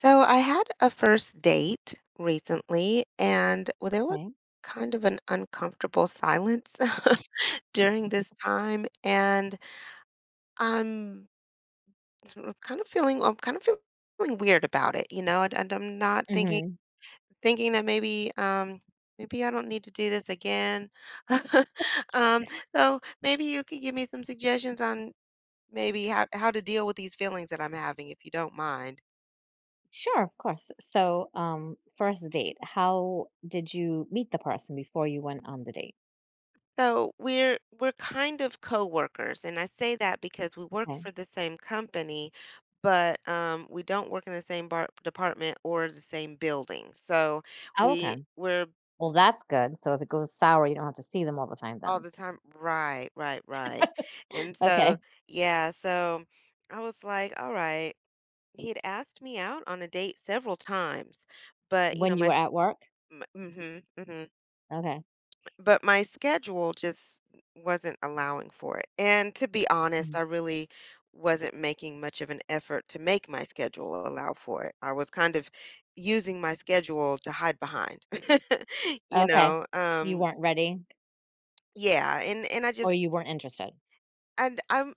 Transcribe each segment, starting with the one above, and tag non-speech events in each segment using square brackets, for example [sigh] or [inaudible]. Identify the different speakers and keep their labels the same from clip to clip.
Speaker 1: So I had a first date recently, and well, there was
Speaker 2: Okay.
Speaker 1: kind of an uncomfortable silence [laughs] during this time, and I'm I'm kind of feeling weird about it, you know, and I'm not thinking
Speaker 2: Mm-hmm.
Speaker 1: thinking that maybe maybe I don't need to do this again. [laughs] um, so maybe you could give me some suggestions on maybe how to deal with these feelings that I'm having, if you don't mind.
Speaker 2: Sure, of course. So, first date. How did you meet the person before you went on the date?
Speaker 1: So we're kind of coworkers, and I say that because we work
Speaker 2: Okay.
Speaker 1: for the same company, but we don't work in the same bar department or the same building. So
Speaker 2: Oh, okay.
Speaker 1: we're
Speaker 2: Well, that's good. So if it goes sour, you don't have to see them all the time
Speaker 1: all
Speaker 2: then.
Speaker 1: the time. Right, right, right. And so,
Speaker 2: Okay.
Speaker 1: yeah, so I was like, all right. He had asked me out on a date several times, but you know
Speaker 2: When you
Speaker 1: my.
Speaker 2: were at work?
Speaker 1: Mm-hmm, mm-hmm.
Speaker 2: Okay.
Speaker 1: But my schedule just wasn't allowing for it, and to be honest,
Speaker 2: Mhm.
Speaker 1: I really wasn't making much of an effort to make my schedule allow for it. I was kind of using my schedule to hide behind, [laughs] you
Speaker 2: Okay.
Speaker 1: know?
Speaker 2: You weren't ready
Speaker 1: Yeah, and I
Speaker 2: or
Speaker 1: just
Speaker 2: you weren't interested.
Speaker 1: and I'm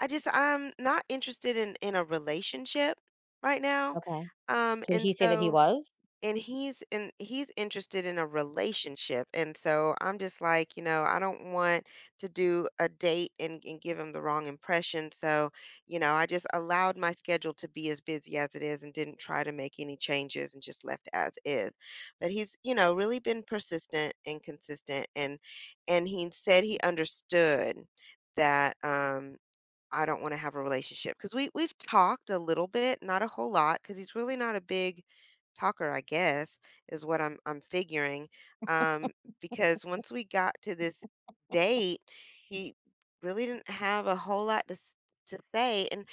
Speaker 1: I just I'm not interested in a relationship right now,
Speaker 2: Okay. Did
Speaker 1: and
Speaker 2: he say that he
Speaker 1: so
Speaker 2: was?
Speaker 1: and he's in he's interested in a relationship, and so I'm just like, you know, I don't want to do a date, and give him the wrong impression. So, you know, I just allowed my schedule to be as busy as it is and didn't try to make any changes and just left as is, but he's, you know, really been persistent and consistent, and he said he understood that I don't want to have a relationship because we've talked a little bit, not a whole lot, because he's really not a big talker, I guess, is what I'm figuring. Um, because once we got to this date, he really didn't have a whole lot to say, and,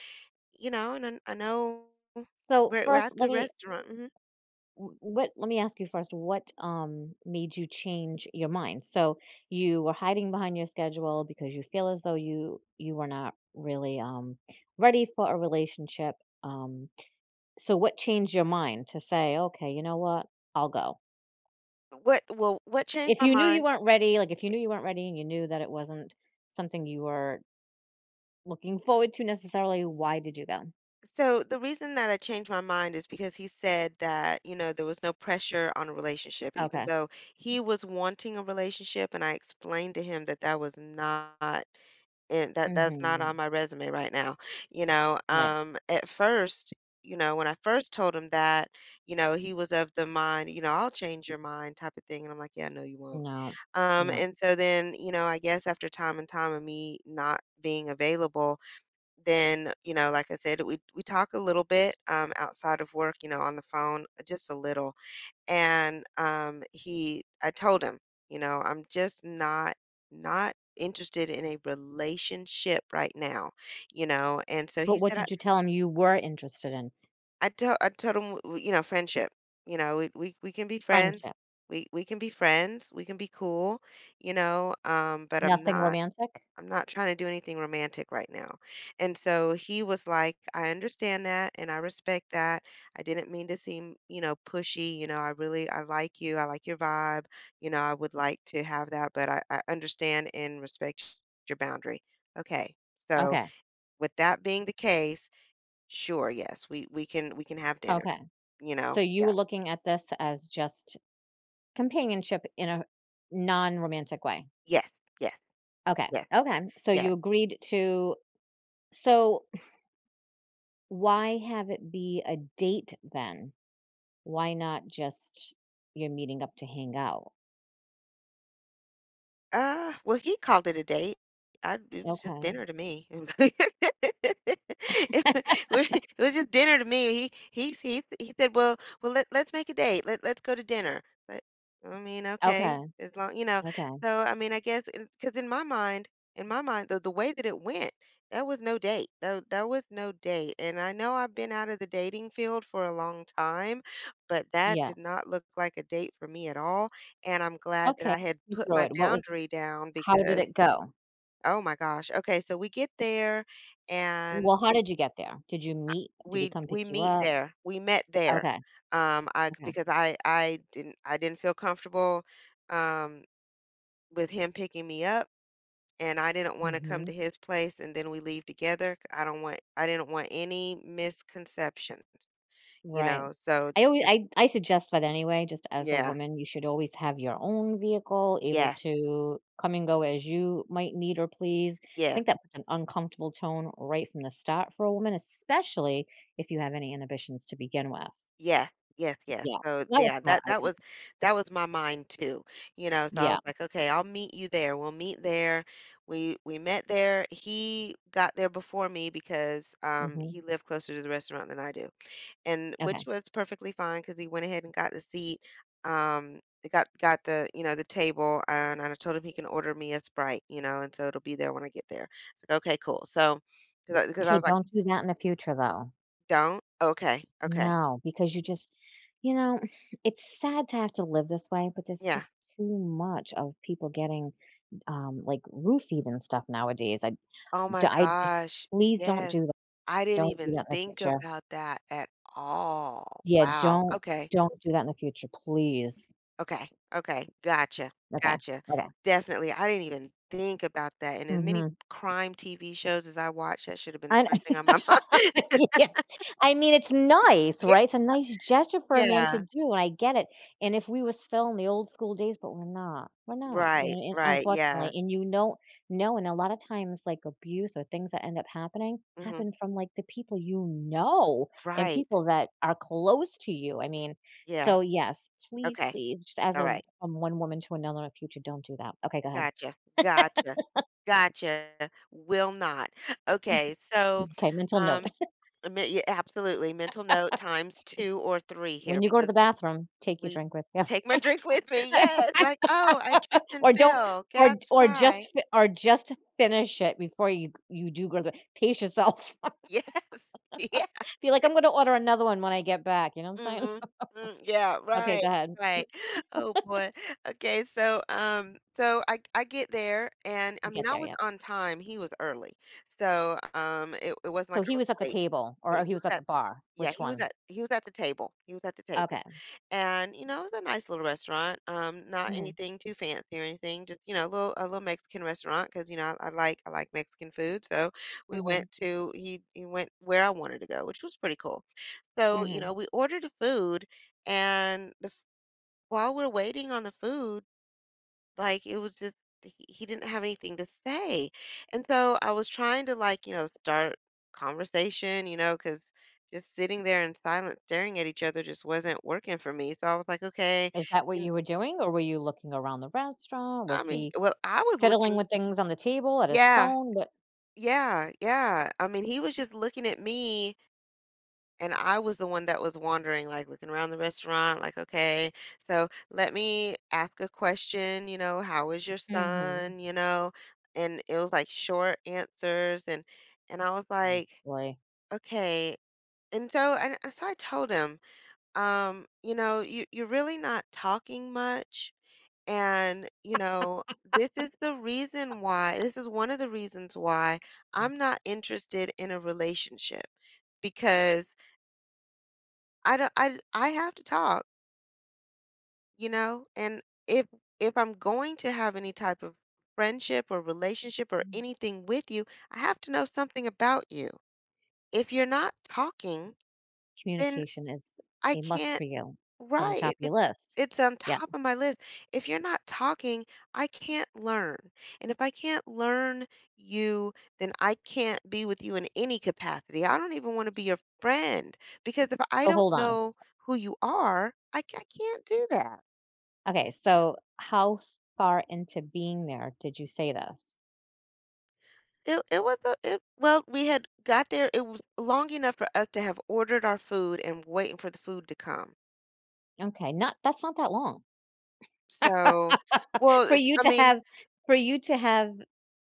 Speaker 1: you know, and I know
Speaker 2: So
Speaker 1: we're
Speaker 2: first,
Speaker 1: at
Speaker 2: let
Speaker 1: the
Speaker 2: me
Speaker 1: restaurant. Hmm.
Speaker 2: w- what let me ask you first what made you change your mind. So you were hiding behind your schedule because you feel as though you were not really ready for a relationship. um so what changed your mind to say okay, you know what, I'll go?
Speaker 1: What Well, what changed
Speaker 2: If
Speaker 1: my
Speaker 2: you knew you
Speaker 1: mind?
Speaker 2: weren't ready, like if you knew you weren't ready and you knew that it wasn't something you were looking forward to necessarily, why did you go?
Speaker 1: So the reason that I changed my mind is because he said that, you know, there was no pressure on a relationship, even
Speaker 2: Okay.
Speaker 1: though he was wanting a relationship. And I explained to him that that's not
Speaker 2: Mhm.
Speaker 1: on my resume right now. You know,
Speaker 2: Right.
Speaker 1: at first, you know, when I first told him that, you know, he was of the mind, you know, I'll change your mind type of thing. And I'm like, yeah, no, you won't.
Speaker 2: No, no.
Speaker 1: And so then, you know, I guess after time and time of me not being available, then, you know, like I said, we talk a little bit, outside of work, you know, on the phone, just a little. And I told him, you know, I'm just not interested in a relationship right now, you know. And so
Speaker 2: But
Speaker 1: he
Speaker 2: what
Speaker 1: said,
Speaker 2: did you tell him you were interested in?
Speaker 1: I told him, you know, friendship, you know, we can be
Speaker 2: Friendship.
Speaker 1: friends. We can be friends. We can be cool, you know, but
Speaker 2: Nothing romantic?
Speaker 1: I'm not trying to do anything romantic right now. And so he was like, I understand that and I respect that. I didn't mean to seem, you know, pushy. You know, I really, I like you. I like your vibe. You know, I would like to have that, but I understand and respect your boundary. Okay. So
Speaker 2: Okay,
Speaker 1: with that being the case, sure, yes, we can have dinner,
Speaker 2: okay.
Speaker 1: you
Speaker 2: So
Speaker 1: know?
Speaker 2: you
Speaker 1: Yeah.
Speaker 2: were looking at this as just companionship in a non-romantic way.
Speaker 1: Yes. Yes.
Speaker 2: Okay,
Speaker 1: Yes.
Speaker 2: okay. So you
Speaker 1: Yes.
Speaker 2: agreed to, so why have it be a date then? Why not just you're meeting up to hang out?
Speaker 1: Well, he called it a date. I It was just
Speaker 2: Okay,
Speaker 1: dinner to me. [laughs] It it was just dinner to me. He said, "Well, let's make a date. Let's go to dinner." But I mean, okay,
Speaker 2: okay,
Speaker 1: as long you know.
Speaker 2: okay.
Speaker 1: So I mean, I guess because in my mind, the way that it went, that was no date. That was no date. And I know I've been out of the dating field for a long time, but that
Speaker 2: Yeah,
Speaker 1: did not look like a date for me at all, and I'm glad that
Speaker 2: okay.
Speaker 1: I had
Speaker 2: You
Speaker 1: put
Speaker 2: through
Speaker 1: my
Speaker 2: it. What was,
Speaker 1: boundary down
Speaker 2: how did
Speaker 1: because
Speaker 2: it go?
Speaker 1: oh my gosh. Okay, so we get there, and
Speaker 2: Well, how
Speaker 1: we
Speaker 2: did you get there? Did you meet? Did he
Speaker 1: we
Speaker 2: come pick
Speaker 1: we
Speaker 2: you
Speaker 1: meet
Speaker 2: up?
Speaker 1: there. We met there.
Speaker 2: Okay,
Speaker 1: I
Speaker 2: okay.
Speaker 1: because I didn't feel comfortable um with him picking me up, and I didn't want to come to
Speaker 2: Mhm.
Speaker 1: his place and then we leave together. I didn't want any misconceptions, you
Speaker 2: Right.
Speaker 1: know. So
Speaker 2: I always
Speaker 1: just,
Speaker 2: I suggest that anyway. Just as a
Speaker 1: yeah.
Speaker 2: woman, you should always have your own vehicle, able
Speaker 1: Yeah.
Speaker 2: to come and go as you might need or please. I
Speaker 1: Yeah.
Speaker 2: think that puts an uncomfortable tone right from the start for a woman, especially if you have any inhibitions to begin with.
Speaker 1: Yeah. Yes, yes.
Speaker 2: Yeah.
Speaker 1: So,
Speaker 2: That was
Speaker 1: yeah,
Speaker 2: smart,
Speaker 1: that
Speaker 2: I
Speaker 1: that
Speaker 2: think.
Speaker 1: was that was my mind too, you know, so I
Speaker 2: Yeah.
Speaker 1: was like, "Okay, I'll meet you there. We'll meet there." We met there. He got there before me because,
Speaker 2: Mhm.
Speaker 1: he lived closer to the restaurant than I do, and
Speaker 2: Okay.
Speaker 1: which was perfectly fine because he went ahead and got the seat, um, got the, you know, the table, and I told him he can order me a Sprite, you know, and so it'll be there when I get there. It's like, "Okay, cool." So because I 'cause I
Speaker 2: Kay,
Speaker 1: was like,
Speaker 2: don't do that in the future, though.
Speaker 1: "Don't? Okay, okay."
Speaker 2: No, because you just, you know, [sighs] it's sad to have to live this way, but there's
Speaker 1: Yeah.
Speaker 2: just too much of people getting, like, roofied and stuff nowadays. I
Speaker 1: Oh
Speaker 2: D
Speaker 1: my
Speaker 2: I just
Speaker 1: gosh,
Speaker 2: please don't
Speaker 1: yes.
Speaker 2: do that.
Speaker 1: I didn't
Speaker 2: Don't do
Speaker 1: even
Speaker 2: that in the
Speaker 1: think
Speaker 2: future.
Speaker 1: about that at all.
Speaker 2: Yeah,
Speaker 1: Wow, okay,
Speaker 2: don't do that in the future, please.
Speaker 1: okay, okay, gotcha,
Speaker 2: Okay,
Speaker 1: gotcha.
Speaker 2: okay.
Speaker 1: Definitely, I didn't even think about that, and as many
Speaker 2: Mhm.
Speaker 1: crime TV shows as I watch, that should have been the
Speaker 2: And
Speaker 1: first thing on my [laughs] mind.
Speaker 2: [laughs] yeah. I mean, it's nice,
Speaker 1: Yeah.
Speaker 2: right? It's a nice gesture for a man to
Speaker 1: Yeah,
Speaker 2: do, and I get it, and if we were still in the old school days, but we're not, you know,
Speaker 1: right,
Speaker 2: and
Speaker 1: right,
Speaker 2: unfortunately,
Speaker 1: yeah,
Speaker 2: and you know, no, and a lot of times, like, abuse or things that end up happening,
Speaker 1: mhm,
Speaker 2: happen from, like, the people you know and
Speaker 1: right,
Speaker 2: people that are close to you, I mean,
Speaker 1: yeah,
Speaker 2: so, yes, please,
Speaker 1: okay,
Speaker 2: please, just as
Speaker 1: all
Speaker 2: a,
Speaker 1: right,
Speaker 2: from one woman to another in the future, don't do that. Okay, go ahead.
Speaker 1: gotcha, gotcha, gotcha, will not. Okay, so,
Speaker 2: Okay, mental note.
Speaker 1: um
Speaker 2: [laughs]
Speaker 1: I mean, yeah, absolutely, mental note times 2 or 3 here
Speaker 2: When you go to
Speaker 1: because
Speaker 2: the bathroom, take your
Speaker 1: we
Speaker 2: drink with you.
Speaker 1: take my drink with me, yes, like, "Oh, I
Speaker 2: [laughs]
Speaker 1: tripped and
Speaker 2: Or don't,
Speaker 1: fell, gasp,
Speaker 2: or just
Speaker 1: sigh."
Speaker 2: fi or just finish it before you do go to the, pace yourself. [laughs]
Speaker 1: Yes, [laughs] yeah,
Speaker 2: Be like, "I'm gonna order another one when I get back," you know what I'm saying?
Speaker 1: mhm, mm, yeah,
Speaker 2: Okay,
Speaker 1: right,
Speaker 2: go ahead.
Speaker 1: right. Oh, boy. Okay, so, so I get there, and, I
Speaker 2: You get
Speaker 1: mean, I
Speaker 2: there,
Speaker 1: was
Speaker 2: yep.
Speaker 1: on time, he was early, so, it wasn't
Speaker 2: So
Speaker 1: like I
Speaker 2: he
Speaker 1: was
Speaker 2: was at the
Speaker 1: late.
Speaker 2: table, or
Speaker 1: But
Speaker 2: oh,
Speaker 1: he
Speaker 2: he was
Speaker 1: was
Speaker 2: at the
Speaker 1: at
Speaker 2: bar?
Speaker 1: yeah,
Speaker 2: Which one?
Speaker 1: he was at the table. He was at the table.
Speaker 2: Okay.
Speaker 1: And, you know, it was a nice little restaurant. Not
Speaker 2: Mhm,
Speaker 1: anything too fancy or anything, just, you know, a little Mexican restaurant because, you know, I like Mexican food. So we went
Speaker 2: mhm,
Speaker 1: to he went where I wanted to go, which was pretty cool. So, you
Speaker 2: mhm.
Speaker 1: know, we ordered the food, and the f- while we're waiting on the food, like, it was just he didn't have anything to say, and so I was trying to, like, you know, start conversation, you know, because just sitting there in silence staring at each other just wasn't working for me, so I was like, "Okay,"
Speaker 2: Is that what
Speaker 1: you
Speaker 2: you were doing, or were you looking around the restaurant?
Speaker 1: I
Speaker 2: Was
Speaker 1: mean,
Speaker 2: he
Speaker 1: well, I was
Speaker 2: fiddling
Speaker 1: looking.
Speaker 2: with things on the table, at his
Speaker 1: Yeah,
Speaker 2: phone? What?
Speaker 1: yeah, yeah, I mean, he was just looking at me. And I was the one that was wandering, like looking around the restaurant, like, okay, so let me ask a question, you know, how is your
Speaker 2: Mhm.
Speaker 1: son, you know? And it was like short answers, and I was
Speaker 2: Oh,
Speaker 1: like,
Speaker 2: boy.
Speaker 1: okay. And so I told him, you know, you're really not talking much and, you know, this is the reason why, this is one of the reasons why I'm not interested in a relationship because I don't I have to talk, you know? And if I'm going to have any type of friendship or relationship or anything with you, I have to know something about you. If you're not talking, then
Speaker 2: Communication is
Speaker 1: I
Speaker 2: a must
Speaker 1: can't.
Speaker 2: for you. It's on the
Speaker 1: Right.
Speaker 2: top
Speaker 1: It,
Speaker 2: of
Speaker 1: it
Speaker 2: your list.
Speaker 1: it's on
Speaker 2: Yeah.
Speaker 1: top of my list. If you're not talking, I can't learn. And if I can't learn you, then I can't be with you in any capacity. I don't even want to be your friend because if I
Speaker 2: So
Speaker 1: don't
Speaker 2: hold on.
Speaker 1: know who you are, I can't do that.
Speaker 2: Okay. So how far into being there did you say this?
Speaker 1: It was a it Well, we had got there. It was long enough for us to have ordered our food and waiting for the food to come.
Speaker 2: Okay. Not, that's not that long. [laughs]
Speaker 1: So, well,
Speaker 2: For
Speaker 1: it
Speaker 2: you
Speaker 1: I
Speaker 2: to
Speaker 1: mean
Speaker 2: have, for you to have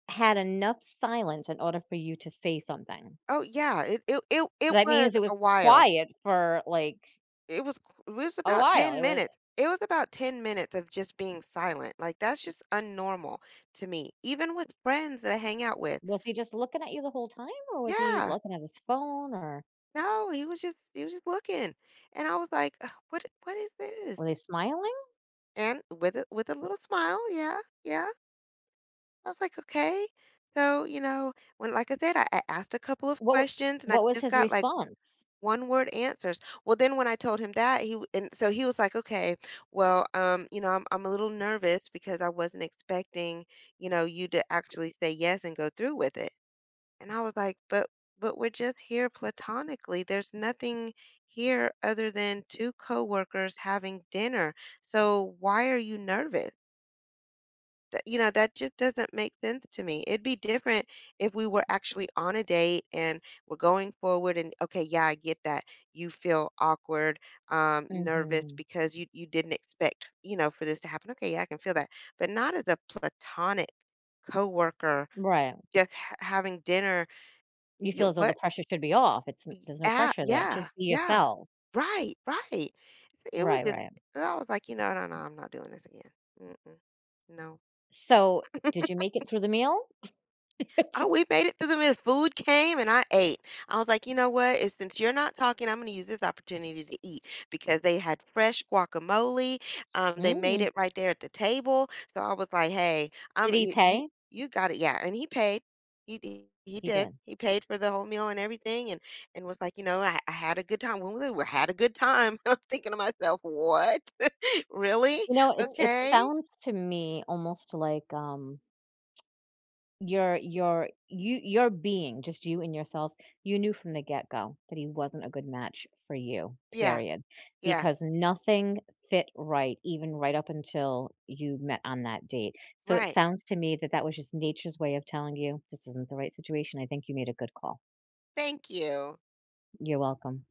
Speaker 2: had enough silence in order for you to say something.
Speaker 1: oh, yeah, it it it
Speaker 2: So
Speaker 1: it
Speaker 2: that
Speaker 1: was
Speaker 2: means it
Speaker 1: a
Speaker 2: was
Speaker 1: while.
Speaker 2: quiet for like
Speaker 1: It was
Speaker 2: a
Speaker 1: about
Speaker 2: while.
Speaker 1: 10
Speaker 2: It was
Speaker 1: minutes. It was about 10 minutes of just being silent, like, that's just unnormal to me, even with friends that I hang out with.
Speaker 2: was he just looking at you the whole time or was he
Speaker 1: Yeah.
Speaker 2: looking at his phone, or
Speaker 1: No, he was just looking, and I was like, "Ugh, what is this?"
Speaker 2: were they smiling?
Speaker 1: And with a little smile, yeah, yeah. I was like, "Okay." So, you know, when like I said, I asked a couple of
Speaker 2: What w-
Speaker 1: questions and I
Speaker 2: what was
Speaker 1: just
Speaker 2: his
Speaker 1: got like
Speaker 2: response?
Speaker 1: one-word answers. Well, then when I told him that, he w and so he was like, "Okay, well, you know, I'm a little nervous because I wasn't expecting, you know, you to actually say yes and go through with it." And I was like, "But we're just here platonically. There's nothing here other than 2 coworkers having dinner. So why are you nervous?" That, you know, that just doesn't make sense to me. It'd be different if we were actually on a date and we're going forward. And okay, yeah, I get that you feel awkward, nervous
Speaker 2: Mhm.
Speaker 1: because you didn't expect, you know, for this to happen. Okay, yeah, I can feel that, but not as a platonic coworker,
Speaker 2: Right.
Speaker 1: just having dinner.
Speaker 2: You feel
Speaker 1: You,
Speaker 2: as though the
Speaker 1: what
Speaker 2: pressure should be off. It's n there's no
Speaker 1: Yeah,
Speaker 2: pressure there.
Speaker 1: yeah,
Speaker 2: Just be
Speaker 1: yeah,
Speaker 2: yourself.
Speaker 1: right, right. It was
Speaker 2: Right,
Speaker 1: just,
Speaker 2: right.
Speaker 1: I was like, you know, no, no, I'm not doing this again. Mm-mm, no.
Speaker 2: So, did you make it through the meal? [laughs]
Speaker 1: Oh, we made it through the meal. Food came and I ate. I was like, you know what? Since you're not talking, I'm going to use this opportunity to eat because they had fresh guacamole. They made
Speaker 2: Mm.
Speaker 1: it right there at the table. So I was like, hey,
Speaker 2: Did
Speaker 1: um,
Speaker 2: he
Speaker 1: you, you,
Speaker 2: pay?
Speaker 1: you got it. Yeah. And he paid. He
Speaker 2: He
Speaker 1: did.
Speaker 2: did.
Speaker 1: He paid for the whole meal and everything, and was like, you know, I had a good time. When was it? We had a good time. [laughs] I'm thinking to myself, what? [laughs] Really?
Speaker 2: You know,
Speaker 1: Oh,
Speaker 2: it's it
Speaker 1: okay.
Speaker 2: sounds to me almost like, um, your your being, just you and yourself, you knew from the get-go that he wasn't a good match for you,
Speaker 1: Yeah.
Speaker 2: period,
Speaker 1: Yeah.
Speaker 2: because nothing fit right, even right up until you met on that date. So it
Speaker 1: Right.
Speaker 2: sounds to me that that was just nature's way of telling you, "This isn't the right situation. I think you made a good call."
Speaker 1: Thank you.
Speaker 2: You're welcome.